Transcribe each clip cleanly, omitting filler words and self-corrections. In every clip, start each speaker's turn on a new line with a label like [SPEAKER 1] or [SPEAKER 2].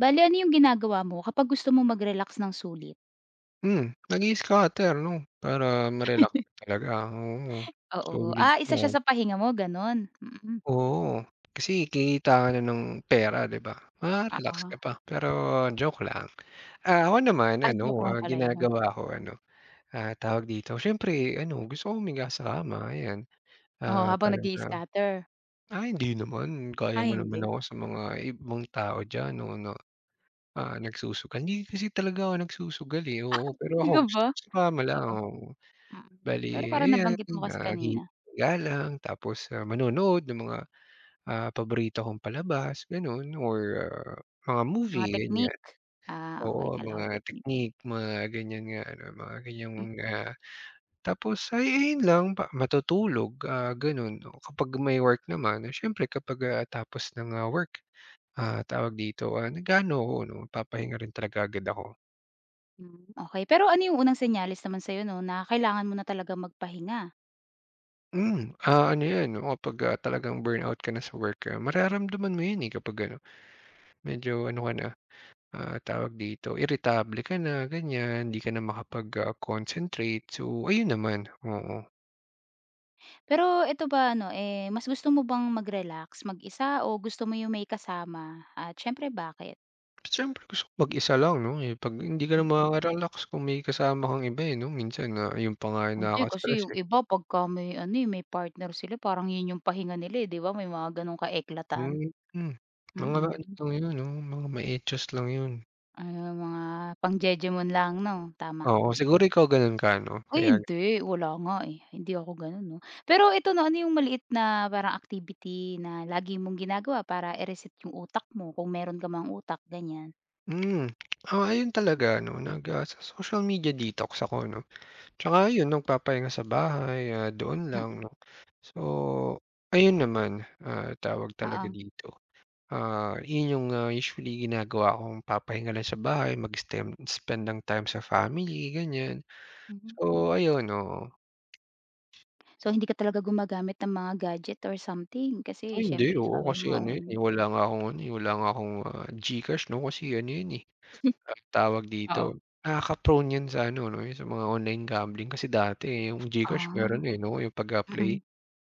[SPEAKER 1] Bale ano yung ginagawa mo kapag gusto mong mag-relax ng sulit?
[SPEAKER 2] Hmm, nag-i-scatter 'no, para ma-relax ka talaga, oo.
[SPEAKER 1] Oo,
[SPEAKER 2] Solid
[SPEAKER 1] isa siya
[SPEAKER 2] yan,
[SPEAKER 1] sa pahinga mo gano'n? Mm,
[SPEAKER 2] oo. Kasi kikita ka na ng pera 'di ba, ma-relax
[SPEAKER 1] oo.
[SPEAKER 2] ka pa. Pero joke lang. Ako naman
[SPEAKER 1] Ah,
[SPEAKER 2] ano,
[SPEAKER 1] joke lang pala yun.
[SPEAKER 2] ginagawa ko ano, tawag dito, siyempre ano, gusto ko humiga sa kama, ayan.
[SPEAKER 1] Oo, habang
[SPEAKER 2] Parang,
[SPEAKER 1] nag-i-scatter.
[SPEAKER 2] "Ay hindi naman, kaya
[SPEAKER 1] Ah,
[SPEAKER 2] mo naman
[SPEAKER 1] hindi.
[SPEAKER 2] ako sa mga ibang tao diyan 'no na, nagsusugal." Hindi kasi talaga ako nagsusugal, eh, oo. Pero ako
[SPEAKER 1] Talaga
[SPEAKER 2] gusto
[SPEAKER 1] ba?
[SPEAKER 2] ko sa kama lang,
[SPEAKER 1] Oo,
[SPEAKER 2] oo.
[SPEAKER 1] mm.
[SPEAKER 2] Bale
[SPEAKER 1] Pero parang
[SPEAKER 2] ayan,
[SPEAKER 1] nabanggit mo kasi
[SPEAKER 2] ah,
[SPEAKER 1] kanina,
[SPEAKER 2] lang tapos, manonood ng mga, paborito kong palabas gano'n or, mga
[SPEAKER 1] mga
[SPEAKER 2] movie ganyan.
[SPEAKER 1] technique. Ah, okey
[SPEAKER 2] Oo,
[SPEAKER 1] akala ko
[SPEAKER 2] mga
[SPEAKER 1] technique.
[SPEAKER 2] technique, mga ganyan nga ano, mga ganyang, ah, tapos ay ayun lang pa matutulog, gano'n. Kapag may work naman, eh, siyempre kapag, tapos ng, work, tawag dito, nag-aano ako 'no, nagpapahinga rin talaga agad ako.
[SPEAKER 1] Mm, okey. Pero ano yung unang senyales naman sa'yo 'no na kailangan mo na talagang magpahinga.
[SPEAKER 2] Hmm, ano 'yan, oo, kapag, talagang burnout ka na sa work, mararamdaman mo 'yun, eh, kapag ano. Medyo ano ka na, tawag dito, irritable ka na ganyan, hindi ka na makapag, concentrate. So, ayun naman, oo.
[SPEAKER 1] Pero eto ba ano, eh, mas gusto mo bang mag-relax mag-isa o gusto mo yung may kasama at siyempre bakit?
[SPEAKER 2] Siyempre gusto ko mag-isa lang 'no, eh, 'pag hindi ka na
[SPEAKER 1] Mm.
[SPEAKER 2] maka-relax kung may kasama kang iba, eh, 'no, minsan na yung pa nga yung
[SPEAKER 1] Hindi kasi
[SPEAKER 2] nakaka-stress,
[SPEAKER 1] yung
[SPEAKER 2] eh.
[SPEAKER 1] iba pagka may ano, eh, may partner sila parang yun yung pahinga nila, eh, 'di ba may mga ganong kaeklatan eklatan.
[SPEAKER 2] Mm, mm. Mga ano
[SPEAKER 1] Mm.
[SPEAKER 2] lang yun 'no, mga ma lang yun.
[SPEAKER 1] Ah, mga pang-jejemon lang 'no, tama,
[SPEAKER 2] Oo,
[SPEAKER 1] mm.
[SPEAKER 2] siguro ikaw ganun ka 'no,
[SPEAKER 1] Uy
[SPEAKER 2] kaya.
[SPEAKER 1] hindi, wala nga, eh, hindi ako gano'n 'no. Pero ito 'no, ano yung maliit na parang activity na lagi mong ginagawa para i-reset yung utak mo kung meron ka mang utak, ganyan?
[SPEAKER 2] Hmm, ayun talaga 'no, nag, sa social media detox ako 'no. Tsaka ayun nagpapahinga sa bahay, doon lang
[SPEAKER 1] Mm,
[SPEAKER 2] 'no. So, ayun naman, tawag talaga
[SPEAKER 1] oo,
[SPEAKER 2] dito, yun yung, usually ginagawa kong papahinga lang sa bahay, mag-stem spend ng time sa family, ganyan.
[SPEAKER 1] mhm.
[SPEAKER 2] So ayun, oo.
[SPEAKER 1] So hindi ka talaga gumagamit ng mga gadget or something kasi
[SPEAKER 2] Ay hindi,
[SPEAKER 1] siyempre
[SPEAKER 2] oo,
[SPEAKER 1] sabi
[SPEAKER 2] kasi
[SPEAKER 1] mo
[SPEAKER 2] ano
[SPEAKER 1] oo.
[SPEAKER 2] yun, eh, wala nga akong ano, eh, wala nga akong, GCash 'no, kasi ano yun, eh, tawag dito,
[SPEAKER 1] Oo.
[SPEAKER 2] nakaka-prone yan sa ano 'no, yung sa mga online gambling kasi dati, eh, yung GCash
[SPEAKER 1] Ah,
[SPEAKER 2] meron, eh, 'no, yung pag,
[SPEAKER 1] mm,
[SPEAKER 2] play.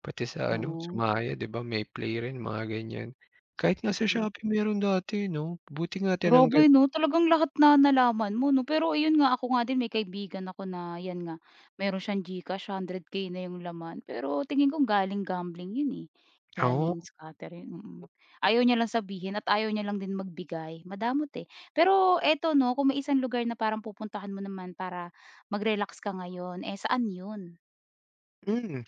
[SPEAKER 2] Pati sa ano, sa
[SPEAKER 1] oo.
[SPEAKER 2] Maya 'di ba may Play rin mga ganyan. Kahit nga sa
[SPEAKER 1] Mm.
[SPEAKER 2] Shopee meron dati 'no, buti nga
[SPEAKER 1] Grabe
[SPEAKER 2] tinanggal,
[SPEAKER 1] 'no, talagang lahat na nalaman mo 'no. Pero ayun nga, ako nga din may kaibigan ako na 'yan nga, meron siyang GCash, 100K na yung laman. Pero tingin ko galing gambling 'yun, eh,
[SPEAKER 2] oo.
[SPEAKER 1] galing scatter 'yun, mm. Ayaw niya lang sabihin at ayaw niya lang din magbigay, madamot, eh. Pero eto 'no, kung may isang lugar na parang pupuntahan mo naman para mag-relax ka ngayon, eh, saan 'yun?
[SPEAKER 2] Hmm.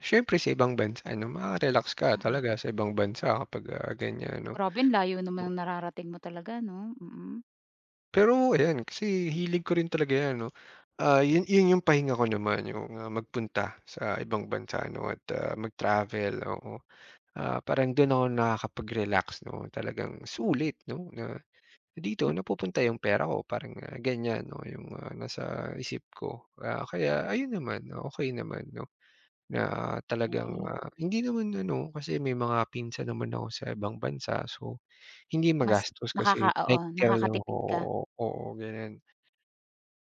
[SPEAKER 2] Siyempre sa ibang bansa 'no, maka-relax ka
[SPEAKER 1] Mm.
[SPEAKER 2] talaga sa ibang bansa kapag, ganyan 'no.
[SPEAKER 1] Grabe ang layo naman ng nararating mo talaga 'no, mm.
[SPEAKER 2] Pero ayan, kasi hilig ko rin talaga 'yan 'no, yun yun yung pahinga ko naman yung, magpunta sa ibang bansa 'no at, mag-travel, oo. Parang dun ako nakakapag-relax 'no, talagang sulit 'no na dito napupunta yung pera ko parang, ganyan 'no yung, nasa isip ko. Kaya ayun naman, okey naman 'no na talagang,
[SPEAKER 1] Eh,
[SPEAKER 2] hindi naman ano kasi may mga pinsan naman ako sa ibang bansa so, hindi
[SPEAKER 1] mas
[SPEAKER 2] magastos
[SPEAKER 1] nakaka
[SPEAKER 2] kasi
[SPEAKER 1] oo,
[SPEAKER 2] nakikitira lang ako,
[SPEAKER 1] nakakatipid ka.
[SPEAKER 2] oo, oo ganyan.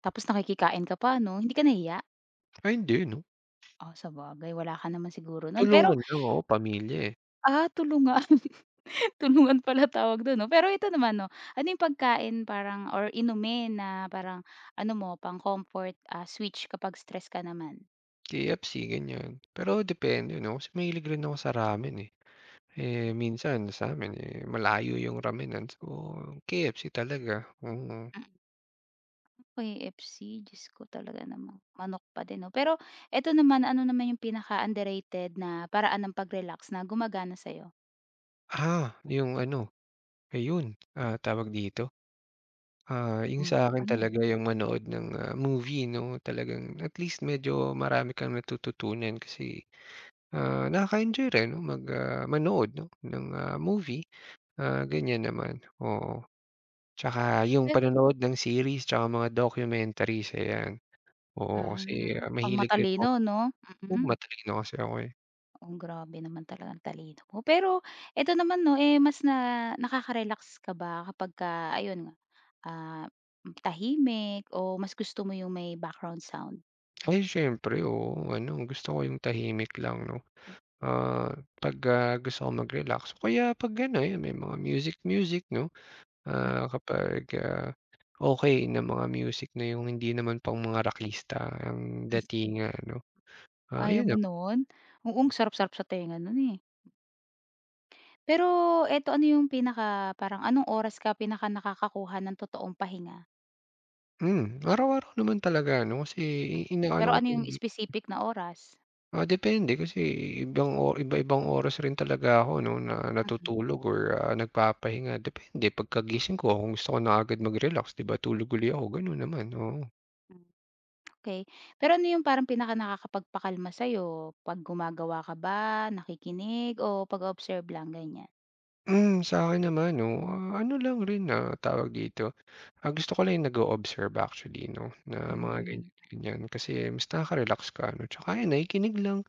[SPEAKER 1] Tapos nakikikain ka pa 'no, hindi ka nahiya?
[SPEAKER 2] Ay hindi 'no,
[SPEAKER 1] Oh, sabagay wala ka naman siguro nun pero,
[SPEAKER 2] tulungan lang, oo, pamilya, eh.
[SPEAKER 1] tulungan, tulungan pala tawag dun 'no. Pero ito naman 'no, ano yung pagkain parang or inumin na parang ano mo pang comfort, switch kapag stress ka naman?
[SPEAKER 2] KFC ganyan. Pero depende 'no kasi mahilig rin ako sa ramen, eh. Eh, minsan sa'min, eh, malayo yung ramenan so, KFC talaga, oo.
[SPEAKER 1] Mm, KFC Diyos ko talaga namang manok pa din 'no. Pero eto naman, ano naman yung pinaka-underrated na paraan ng pag-relax na gumagana sa'yo?
[SPEAKER 2] Yung ano, ayun, tawag dito, yung
[SPEAKER 1] Hmm,
[SPEAKER 2] sa akin
[SPEAKER 1] ano?
[SPEAKER 2] talaga yung manood ng, movie 'no, talagang at least medyo marami kang natututunan kasi, nakaka-enjoy rin 'no mag, manood 'no ng, movie, ganyan naman, oo. Tsaka yung
[SPEAKER 1] Pero
[SPEAKER 2] panonood ng series tsaka mga documentaries, ayan. Oo, kasi,
[SPEAKER 1] pang
[SPEAKER 2] mahilig rin ako,
[SPEAKER 1] matalino 'no?
[SPEAKER 2] oo,
[SPEAKER 1] Mm.
[SPEAKER 2] matalino kasi ako, eh.
[SPEAKER 1] Ang grabe naman talaga ang talino mo. Pero eto naman 'no, eh, mas na nakaka-relax ka ba kapagka ayun nga, ah, tahimik o mas gusto mo yung may background sound?
[SPEAKER 2] Ay siyempre, oo, ano gusto ko yung tahimik lang 'no. 'Pag, gusto kong mag-relax o kaya 'pag ano, ayun may mga music music 'no, kapag, okey na mga music na yung hindi naman pang mga rockista ang datingan 'no.
[SPEAKER 1] Ayaw
[SPEAKER 2] Yun
[SPEAKER 1] mo
[SPEAKER 2] lang.
[SPEAKER 1] nun? Oo, ang sarap-sarap sa tenga nun, eh. Pero eto, ano yung pinaka parang anong oras ka pinaka nakakakuha ng totoong pahinga?
[SPEAKER 2] Hmm, araw-araw naman talaga ano kasi inaano
[SPEAKER 1] Pero
[SPEAKER 2] ko
[SPEAKER 1] ano yung
[SPEAKER 2] talaga, eh.
[SPEAKER 1] specific na oras?
[SPEAKER 2] Depende kasi ibang o iba-ibang oras rin talaga ako 'no na
[SPEAKER 1] Mm,
[SPEAKER 2] natutulog or, nagpapahinga depende pagkagising ko kung gusto ko na agad mag-relax 'di ba tulog uli ako gano'n naman, oo.
[SPEAKER 1] hmm, okey. Pero ano yung parang pinaka nakakapagpakalma sa'yo? 'Pag gumagawa ka ba, nakikinig o pag-oobserve lang, ganyan?
[SPEAKER 2] Hmm, sa'kin naman 'no, ano lang rin, na tawag dito, gusto ko lang yung nag-o-observe actually 'no, na mga
[SPEAKER 1] Hmm,
[SPEAKER 2] ganyan-ganyan kasi mas nakaka-relax ka 'no, tsaka ayan nakikinig lang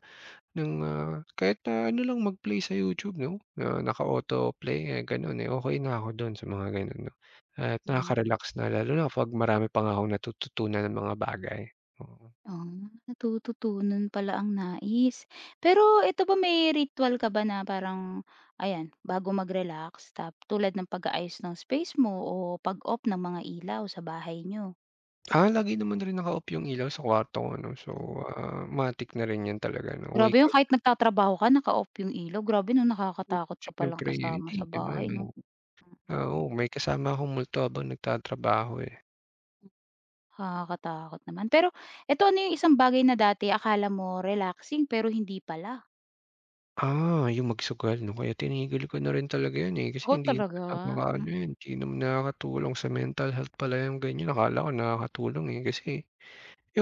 [SPEAKER 2] ng, kahit na ano lang mag-play sa YouTube 'no, na naka-autoplay, eh, gano'n, eh, okay na ako do'n sa mga gano'n 'no. At
[SPEAKER 1] mm.
[SPEAKER 2] nakaka-relax na lalo na kapag marami pa nga akong natututunan ng mga bagay, oo.
[SPEAKER 1] Ah, natututunan pala ang nais. Pero ito ba may ritual ka ba na parang ayan, bago mag-relax tap tulad ng pag-aayos ng space mo o pag-off ng mga ilaw sa bahay nyo.
[SPEAKER 2] Lagi naman rin naka-off yung ilaw sa kwarto ko 'no, so,
[SPEAKER 1] Hmm,
[SPEAKER 2] matic na rin 'yan talaga 'no,
[SPEAKER 1] grabe
[SPEAKER 2] awake ako
[SPEAKER 1] 'yun kahit nagtatrabaho ka naka-off 'yung ilaw, grabe 'no, nakakatakot ka palang
[SPEAKER 2] siyempre
[SPEAKER 1] kasama
[SPEAKER 2] hindi
[SPEAKER 1] sa
[SPEAKER 2] naman
[SPEAKER 1] bahay 'no?
[SPEAKER 2] 'no.
[SPEAKER 1] Mm,
[SPEAKER 2] Oo, may kasama akong multo habang nagtatrabaho, eh.
[SPEAKER 1] nakakatakot naman. Pero eto, ano 'yung isang bagay na dati akala mo relaxing pero hindi pala?
[SPEAKER 2] Yung magsugal 'no, kaya tinigil ko na rin talaga 'yun, eh, kasi
[SPEAKER 1] Oh,
[SPEAKER 2] hindi naman
[SPEAKER 1] talaga?
[SPEAKER 2] nakakaano 'yun, hindi naman nakakatulong sa mental health pala yung ganiyan, akala ko nakakatulong, eh, kasi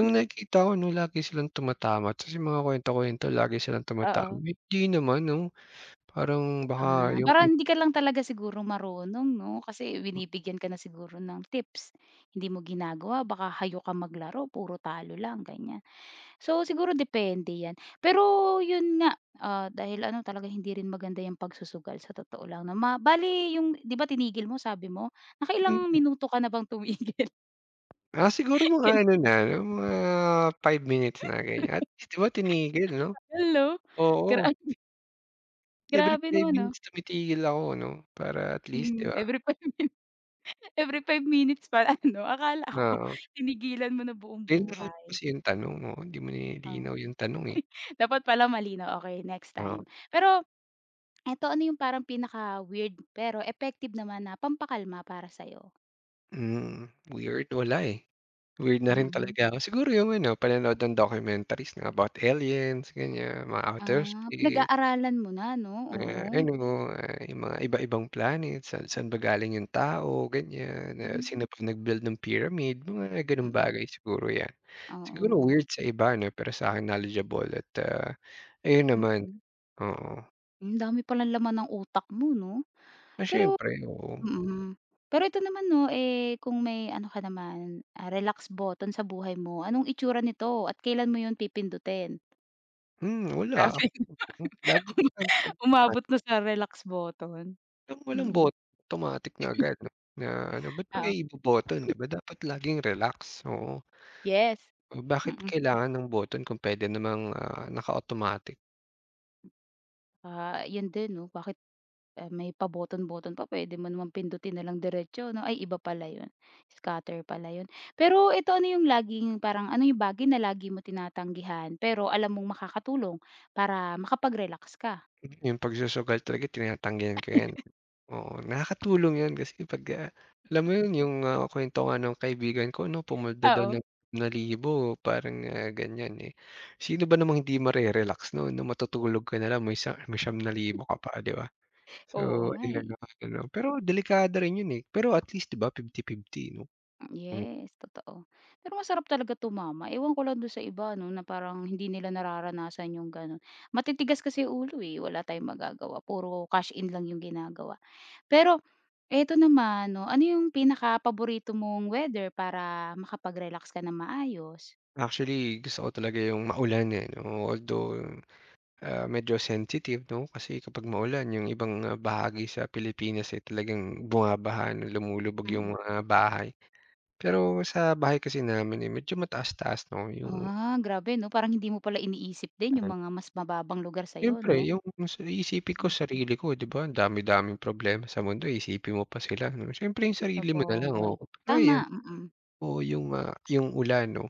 [SPEAKER 1] Mm,
[SPEAKER 2] nakikita ko 'no, lagi silang tumatama ta's yung mga kuwento-kuwento lagi silang tumatama,
[SPEAKER 1] oo.
[SPEAKER 2] eh, hindi naman 'no. Parang baka
[SPEAKER 1] Ah,
[SPEAKER 2] yung
[SPEAKER 1] parang
[SPEAKER 2] yung
[SPEAKER 1] hindi ka lang talaga siguro marunong 'no, kasi binibigyan ka na siguro ng tips, hindi mo ginagawa baka hayo ka maglaro puro talo lang ganyan. So, siguro depende 'yan. Pero 'yun nga, dahil ano talaga hindi rin maganda yung pagsusugal sa totoo lang na Ma bale yung 'di ba tinigil mo sabi mo, nakailang
[SPEAKER 2] hmm,
[SPEAKER 1] minuto ka na bang tumigil?
[SPEAKER 2] siguro mga
[SPEAKER 1] Ganyan.
[SPEAKER 2] ano na, no? Mga 5 minutes na ganiyan at least 'di ba tinigil 'no?
[SPEAKER 1] Hello,
[SPEAKER 2] Oo.
[SPEAKER 1] gra
[SPEAKER 2] Every
[SPEAKER 1] grabe
[SPEAKER 2] 5
[SPEAKER 1] naman 'no.
[SPEAKER 2] minutes tumitigil ako 'no, para at least 'di
[SPEAKER 1] Mm,
[SPEAKER 2] ba,
[SPEAKER 1] every 5 min every 5 minutes pala ano, akala ko
[SPEAKER 2] oo.
[SPEAKER 1] tinigilan mo na buong
[SPEAKER 2] Nilinaw
[SPEAKER 1] buhay.
[SPEAKER 2] kasi yung tanong, mo hindi mo
[SPEAKER 1] Oh,
[SPEAKER 2] nilinaw yung tanong, eh,
[SPEAKER 1] dapat pala malinaw, okey next time.
[SPEAKER 2] oo.
[SPEAKER 1] Pero eto, ano yung parang pinaka-weird pero effective naman na pampakalma para sa'yo?
[SPEAKER 2] Mm, weird wala, eh. Weird na rin
[SPEAKER 1] Mm.
[SPEAKER 2] talaga ako. Siguro yung ano, panonood ng documentaries na about aliens ganyan, mga outer
[SPEAKER 1] Ah,
[SPEAKER 2] space,
[SPEAKER 1] pinag-aaralan mo na 'no, oo.
[SPEAKER 2] mga ano, yung mga iba-ibang planet, sa saan ba galing yung tao ganyan,
[SPEAKER 1] Hmm,
[SPEAKER 2] sino ba nag-build ng pyramid, mga gano'ng
[SPEAKER 1] mm,
[SPEAKER 2] bagay siguro 'yan. Siguro
[SPEAKER 1] oo,
[SPEAKER 2] weird sa iba 'no, pero sa'kin knowledgeable at, ayun naman.
[SPEAKER 1] mm.
[SPEAKER 2] Oo.
[SPEAKER 1] Hmm, dami palang laman ng utak mo 'no? Pero
[SPEAKER 2] Siyempre, oo.
[SPEAKER 1] mm. Pero ito naman 'no, eh, kung may ano ka naman, relax button sa buhay mo, anong itsura nito at kailan mo yun pipindutin?
[SPEAKER 2] Hmm, wala
[SPEAKER 1] Grabe
[SPEAKER 2] ako
[SPEAKER 1] 'no,
[SPEAKER 2] lagi
[SPEAKER 1] umabot na sa relax button.
[SPEAKER 2] yung walang
[SPEAKER 1] Mm,
[SPEAKER 2] bot automatic na agad, no? Na ano, ba't pa
[SPEAKER 1] oo.
[SPEAKER 2] ibo-button, 'di ba dapat laging relax, oo.
[SPEAKER 1] Yes,
[SPEAKER 2] Oh, bakit
[SPEAKER 1] mm.
[SPEAKER 2] kailangan ng button kung puwede namang, naka-automatic.
[SPEAKER 1] Ah, 'yun din 'no, bakit, may pa-button-button pa puwede mo naman pindutin na lang diretso 'no, ay iba pala 'yun, scatter pala 'yun. Pero ito ano yung laging parang ano yung bagay na lagi mo tinatanggihan pero alam mong makakatulong para makapag-relax ka?
[SPEAKER 2] Yung pagsusugal talaga tinatanggihan ko 'yan. Oo, nakakatulong 'yun kasi 'pag, alam mo 'yun yung, kuwento nga nung kaibigan ko 'no, pumulda daw
[SPEAKER 1] Oo.
[SPEAKER 2] ng na libo parang, ganiyan, eh. Sino ba namang hindi mare-relax no'n 'no, matutulog ka na lang may sa may ₱9,000 ka pa, 'di ba?
[SPEAKER 1] Oo
[SPEAKER 2] So,
[SPEAKER 1] nga,
[SPEAKER 2] ayun
[SPEAKER 1] eh.
[SPEAKER 2] mga gano'n. Pero delikado rin 'yun, eh, pero at least 'di ba 50-50 'no? Hmm.
[SPEAKER 1] Yes, totoo. Pero masarap talaga tumama, ewan ko lang dun sa iba 'no, na parang hindi nila nararanasan yung gano'n. Matitigas kasi yung ulo, eh, wala tayong magagawa, puro cash in lang yung ginagawa. Pero eto naman 'no, ano yung pinaka paborito mong weather para makapag-relax ka ng maayos?
[SPEAKER 2] Actually, gusto ko talaga yung maulan, eh, 'no, although. Medyo sensitive 'no, kasi kapag maulan yung ibang, bahagi sa Pilipinas, ay talagang bumabaha 'no, lumulubog yung
[SPEAKER 1] Mm.
[SPEAKER 2] mga bahay. Pero sa bahay kasi namin, eh, medyo mataas-taas 'no, yung
[SPEAKER 1] Ah, grabe 'no, parang hindi mo pala iniisip din yung
[SPEAKER 2] ano
[SPEAKER 1] mga mas mababang lugar sa'yo
[SPEAKER 2] siyempre
[SPEAKER 1] 'no?
[SPEAKER 2] yung sa iisipin ko
[SPEAKER 1] Hmm.
[SPEAKER 2] sarili ko 'di ba, ang dami-daming problema sa mundo iisipin mo pa sila 'no, siyempre yung sarili mo na lang,
[SPEAKER 1] Sabagay,
[SPEAKER 2] oo. Pero
[SPEAKER 1] tama,
[SPEAKER 2] ayan,
[SPEAKER 1] mm.
[SPEAKER 2] o yung, yung ulan 'no,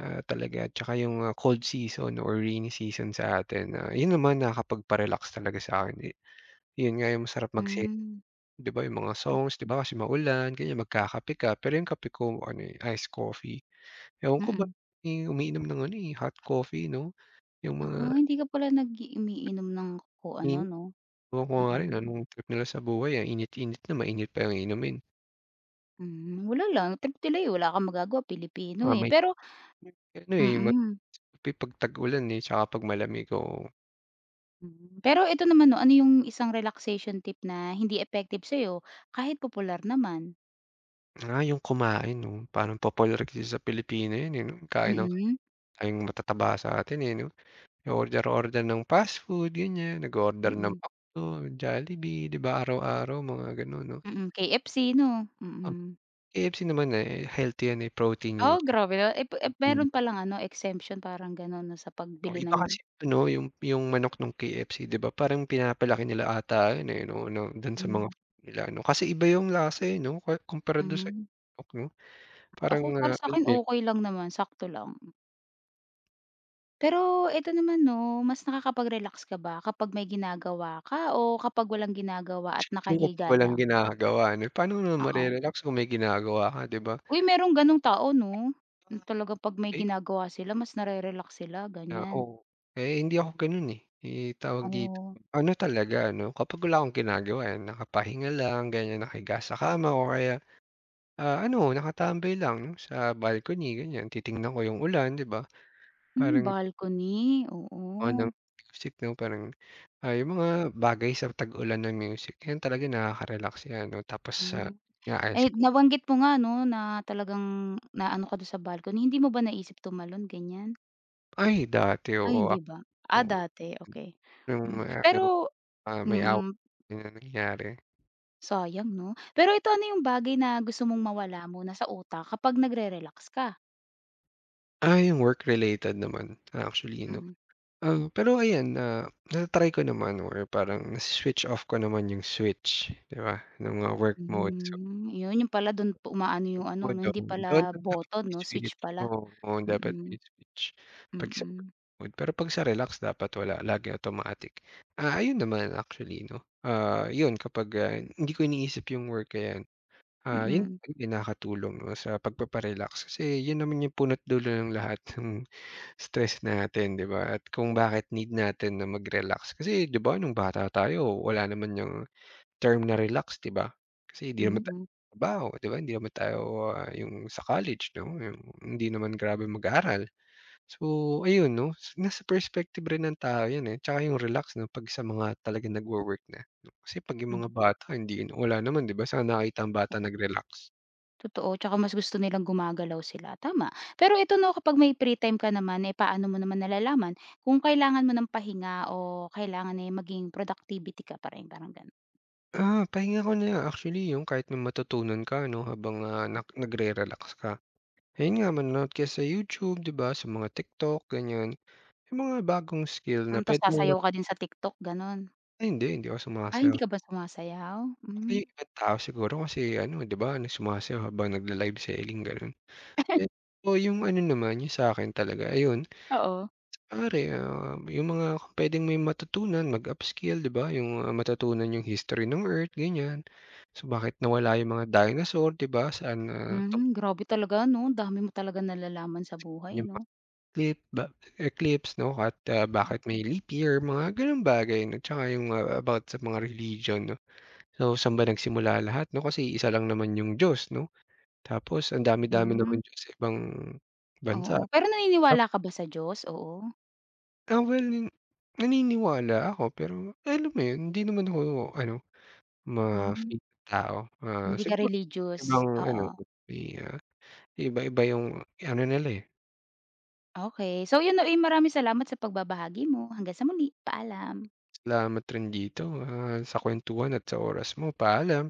[SPEAKER 2] talaga tsaka yung, cold season or rainy season sa atin, yun naman nakakapagpa-relax talaga sa'kin, eh. Yun nga yung masarap
[SPEAKER 1] Hmm,
[SPEAKER 2] magse.
[SPEAKER 1] mm.
[SPEAKER 2] 'Di ba yung mga songs, 'di ba kasi maulan ganyan magkakape ka, pero yung kape ko ano, eh, iced coffee. Ewan ko ba't
[SPEAKER 1] Mm-mm.
[SPEAKER 2] eh, umiinom ng ano, eh, hot coffee 'no, yung mga
[SPEAKER 1] Ah, hindi ka pala nag-umiinom ng kung ano
[SPEAKER 2] init
[SPEAKER 1] 'no?
[SPEAKER 2] ewan ko nga
[SPEAKER 1] Mm,
[SPEAKER 2] rin anong trip nila sa buhay, ang init-init na mainit pa yung inumin.
[SPEAKER 1] hmm, wala lang tilay wala kang magagawa Pilipino, eh.
[SPEAKER 2] May
[SPEAKER 1] Pero
[SPEAKER 2] ano, eh,
[SPEAKER 1] mm,
[SPEAKER 2] magkape 'pag tag-ulan, eh, tsaka 'pag malamig, oo.
[SPEAKER 1] mm. Pero ito naman 'no, ano yung isang relaxation tip na hindi effective sa'yo kahit popular naman?
[SPEAKER 2] Yung kumain 'no, parang popular kasi sa Pilipino yun, eh, 'no, kain ng
[SPEAKER 1] Mm,
[SPEAKER 2] kaing matataba sa'tin, eh, 'no. Order-order ng fast food ganyan, nag-o-order ng
[SPEAKER 1] mm,
[SPEAKER 2] McDo, Jollibee, 'di ba araw-araw mga gano'n 'no.
[SPEAKER 1] mm, KFC 'no? Mm.
[SPEAKER 2] KFC naman, eh, healthy yan, eh, protein yan.
[SPEAKER 1] Oh, grabe na ep ep meron palang ano exemption parang gano'n 'no, sa
[SPEAKER 2] Oh,
[SPEAKER 1] pagbili
[SPEAKER 2] iba
[SPEAKER 1] ng
[SPEAKER 2] kasi ano, yung manok nung KFC 'di ba parang pinapalaki nila ata yun, eh, 'no no dun sa mga
[SPEAKER 1] hmm,
[SPEAKER 2] food nila ano, kasi iba yung lasa, eh, 'no kuwa kumpara dun sa
[SPEAKER 1] hmm.
[SPEAKER 2] manok 'no. Parang,
[SPEAKER 1] Ako para
[SPEAKER 2] alam
[SPEAKER 1] sa'kin
[SPEAKER 2] mo yun,
[SPEAKER 1] okey lang naman, sakto lang. Pero eto naman 'no, mas nakakapag-relax ka ba kapag may ginagawa ka o kapag walang ginagawa at
[SPEAKER 2] siyempre kapag
[SPEAKER 1] nakahiga
[SPEAKER 2] walang
[SPEAKER 1] lang?
[SPEAKER 2] ginagawa ano, eh, paano mo naman
[SPEAKER 1] Oo.
[SPEAKER 2] mare-relax kung may ginagawa ka 'di ba?
[SPEAKER 1] Uy, merong gano'ng tao 'no, yung talagang 'pag may
[SPEAKER 2] Eh,
[SPEAKER 1] ginagawa sila mas nare-relax sila,
[SPEAKER 2] na
[SPEAKER 1] ganyan.
[SPEAKER 2] oo, eh, hindi ako ganun, eh. Eh, tawag dito,
[SPEAKER 1] Oo.
[SPEAKER 2] ano talaga ano, kapag wala akong ginagawa, eh, nakapahinga lang ganyan, nakahiga sa kama o kaya. Ano nakatambay lang sa balcony ganyan, titingnan ko yung ulan 'di ba?
[SPEAKER 1] Hmm,
[SPEAKER 2] Parang
[SPEAKER 1] balcony,
[SPEAKER 2] ako ng
[SPEAKER 1] oo.
[SPEAKER 2] music 'no parang, yung mga bagay sa tag-ulan ng music yan talaga nakaka-relax yan 'no tapos sa
[SPEAKER 1] Mhm.
[SPEAKER 2] nga ice
[SPEAKER 1] Eh,
[SPEAKER 2] ko
[SPEAKER 1] nabanggit mo nga 'no na talagang naano ka do'n sa balcony, hindi mo ba naisip tumalon, ganyan?
[SPEAKER 2] ay dati
[SPEAKER 1] Ay,
[SPEAKER 2] oo,
[SPEAKER 1] hindi
[SPEAKER 2] ako,
[SPEAKER 1] ba? Ah,
[SPEAKER 2] oo.
[SPEAKER 1] dati, okey.
[SPEAKER 2] Yung
[SPEAKER 1] Hmm.
[SPEAKER 2] ano,
[SPEAKER 1] Pero
[SPEAKER 2] may away
[SPEAKER 1] mm.
[SPEAKER 2] na nangyari.
[SPEAKER 1] Sayang 'no. Pero ito, ano yung bagay na gusto mong mawala muna sa utak kapag nagre-relax ka?
[SPEAKER 2] Yung work related naman actually 'no.
[SPEAKER 1] Mm.
[SPEAKER 2] Pero ayan na na-try ko naman or parang switch off ko naman yung switch 'di ba, ng work mode.
[SPEAKER 1] Hmm, yun yung pala don umaano yung
[SPEAKER 2] Oo,
[SPEAKER 1] ano 'no, hindi
[SPEAKER 2] doon. Doon
[SPEAKER 1] pala
[SPEAKER 2] lang dapat
[SPEAKER 1] button 'no, switch
[SPEAKER 2] i-switch,
[SPEAKER 1] pala.
[SPEAKER 2] oo, dapat
[SPEAKER 1] Mm,
[SPEAKER 2] i-switch 'pag sa
[SPEAKER 1] mm,
[SPEAKER 2] workload. Pero 'pag sa relax dapat wala, lagi automatic. Ayun naman actually 'no, yun kapag, hindi ko iniisip yung work ayan, yun
[SPEAKER 1] mm,
[SPEAKER 2] talaga nakakatulong 'no sa pagpapa-relax kasi yun naman yung punot dulo ng lahat ng stress natin 'di ba at kung bakit need natin na mag-relax. Kasi 'di ba nung bata tayo wala naman yang term na relax, 'di ba? Kasi hindi naman tayo
[SPEAKER 1] mm,
[SPEAKER 2] trabaho, 'di ba? Hindi naman tayo, yung sa college, 'no, yung hindi naman grabe mag-aral. So, ayun, 'no, nasa perspective rin ng tao 'yan, eh, tsaka yung relax, 'no, 'pag sa mga talagang nagwo-work na. No? Kasi 'pag yung
[SPEAKER 1] hmm,
[SPEAKER 2] mga bata hindi wala naman, 'di ba? Saan nakita ang bata
[SPEAKER 1] oo.
[SPEAKER 2] nag-relax?
[SPEAKER 1] Totoo, tsaka mas gusto nilang gumagalaw sila, tama. Pero ito 'no, kapag may free time ka naman, eh, paano mo naman nalalaman kung kailangan mo ng pahinga o kailangan, eh, maging productivity ka pa rin, parang gano'n?
[SPEAKER 2] Pahinga ko na actually yung kahit may matutunan ka, 'no, habang, ah, nak nagre-relax ka. Ayun nga, manonood ka sa YouTube, 'di ba, sa mga TikTok, ganiyan. Yung mga bagong skill na
[SPEAKER 1] Hmm, ta's
[SPEAKER 2] puwede mong.
[SPEAKER 1] sasayaw ka din sa TikTok, gano'n?
[SPEAKER 2] Ay hindi, hindi ako
[SPEAKER 1] Ay
[SPEAKER 2] sumasayaw.
[SPEAKER 1] hindi ka ba sumasayaw?
[SPEAKER 2] Baka
[SPEAKER 1] Hmm.
[SPEAKER 2] yung ibang tao siguro kasi ano 'di ba na sumasayaw habang nagla-live selling gano'n. Eh, oo yung ano naman yung sa'kin talaga ayun,
[SPEAKER 1] Oo.
[SPEAKER 2] kunwari, yung mga kung puwedeng may matutunan mag-upskill 'di ba yung, matutunan yung history ng Earth ganyan. So, bakit nawala yung mga dinosaur 'di ba saan,
[SPEAKER 1] Hmm,
[SPEAKER 2] tumugon
[SPEAKER 1] grabe talaga 'no, ang dami mo talaga nalalaman sa buhay
[SPEAKER 2] yung
[SPEAKER 1] 'no?
[SPEAKER 2] mga eclip ba eclipse 'no at, bakit may leap year mga gano'ng bagay 'no tsaka yung, about sa mga religion 'no. So, saan ba nagsimula lahat 'no kasi isa lang naman yung Diyos 'no? Tapos ang dami-dami
[SPEAKER 1] Hmm,
[SPEAKER 2] naman diyan sa ibang bansa.
[SPEAKER 1] oo. Pero
[SPEAKER 2] Tap
[SPEAKER 1] naniniwala ka ba sa Diyos? Oo?
[SPEAKER 2] well, naniniwala ako pero alam mo yun, hindi naman ako ano,
[SPEAKER 1] Hmm,
[SPEAKER 2] ma-fake na tao.
[SPEAKER 1] hindi ka
[SPEAKER 2] Siguro
[SPEAKER 1] religious?
[SPEAKER 2] ibang ano,
[SPEAKER 1] Oo,
[SPEAKER 2] may, iba-iba yung ano nila, eh,
[SPEAKER 1] okey. So 'yun, uy, maraming salamat sa pagbabahagi mo. Hanggang sa muli, paalam.
[SPEAKER 2] salamat rin dito, sa kuwentuhan at sa oras mo. Paalam.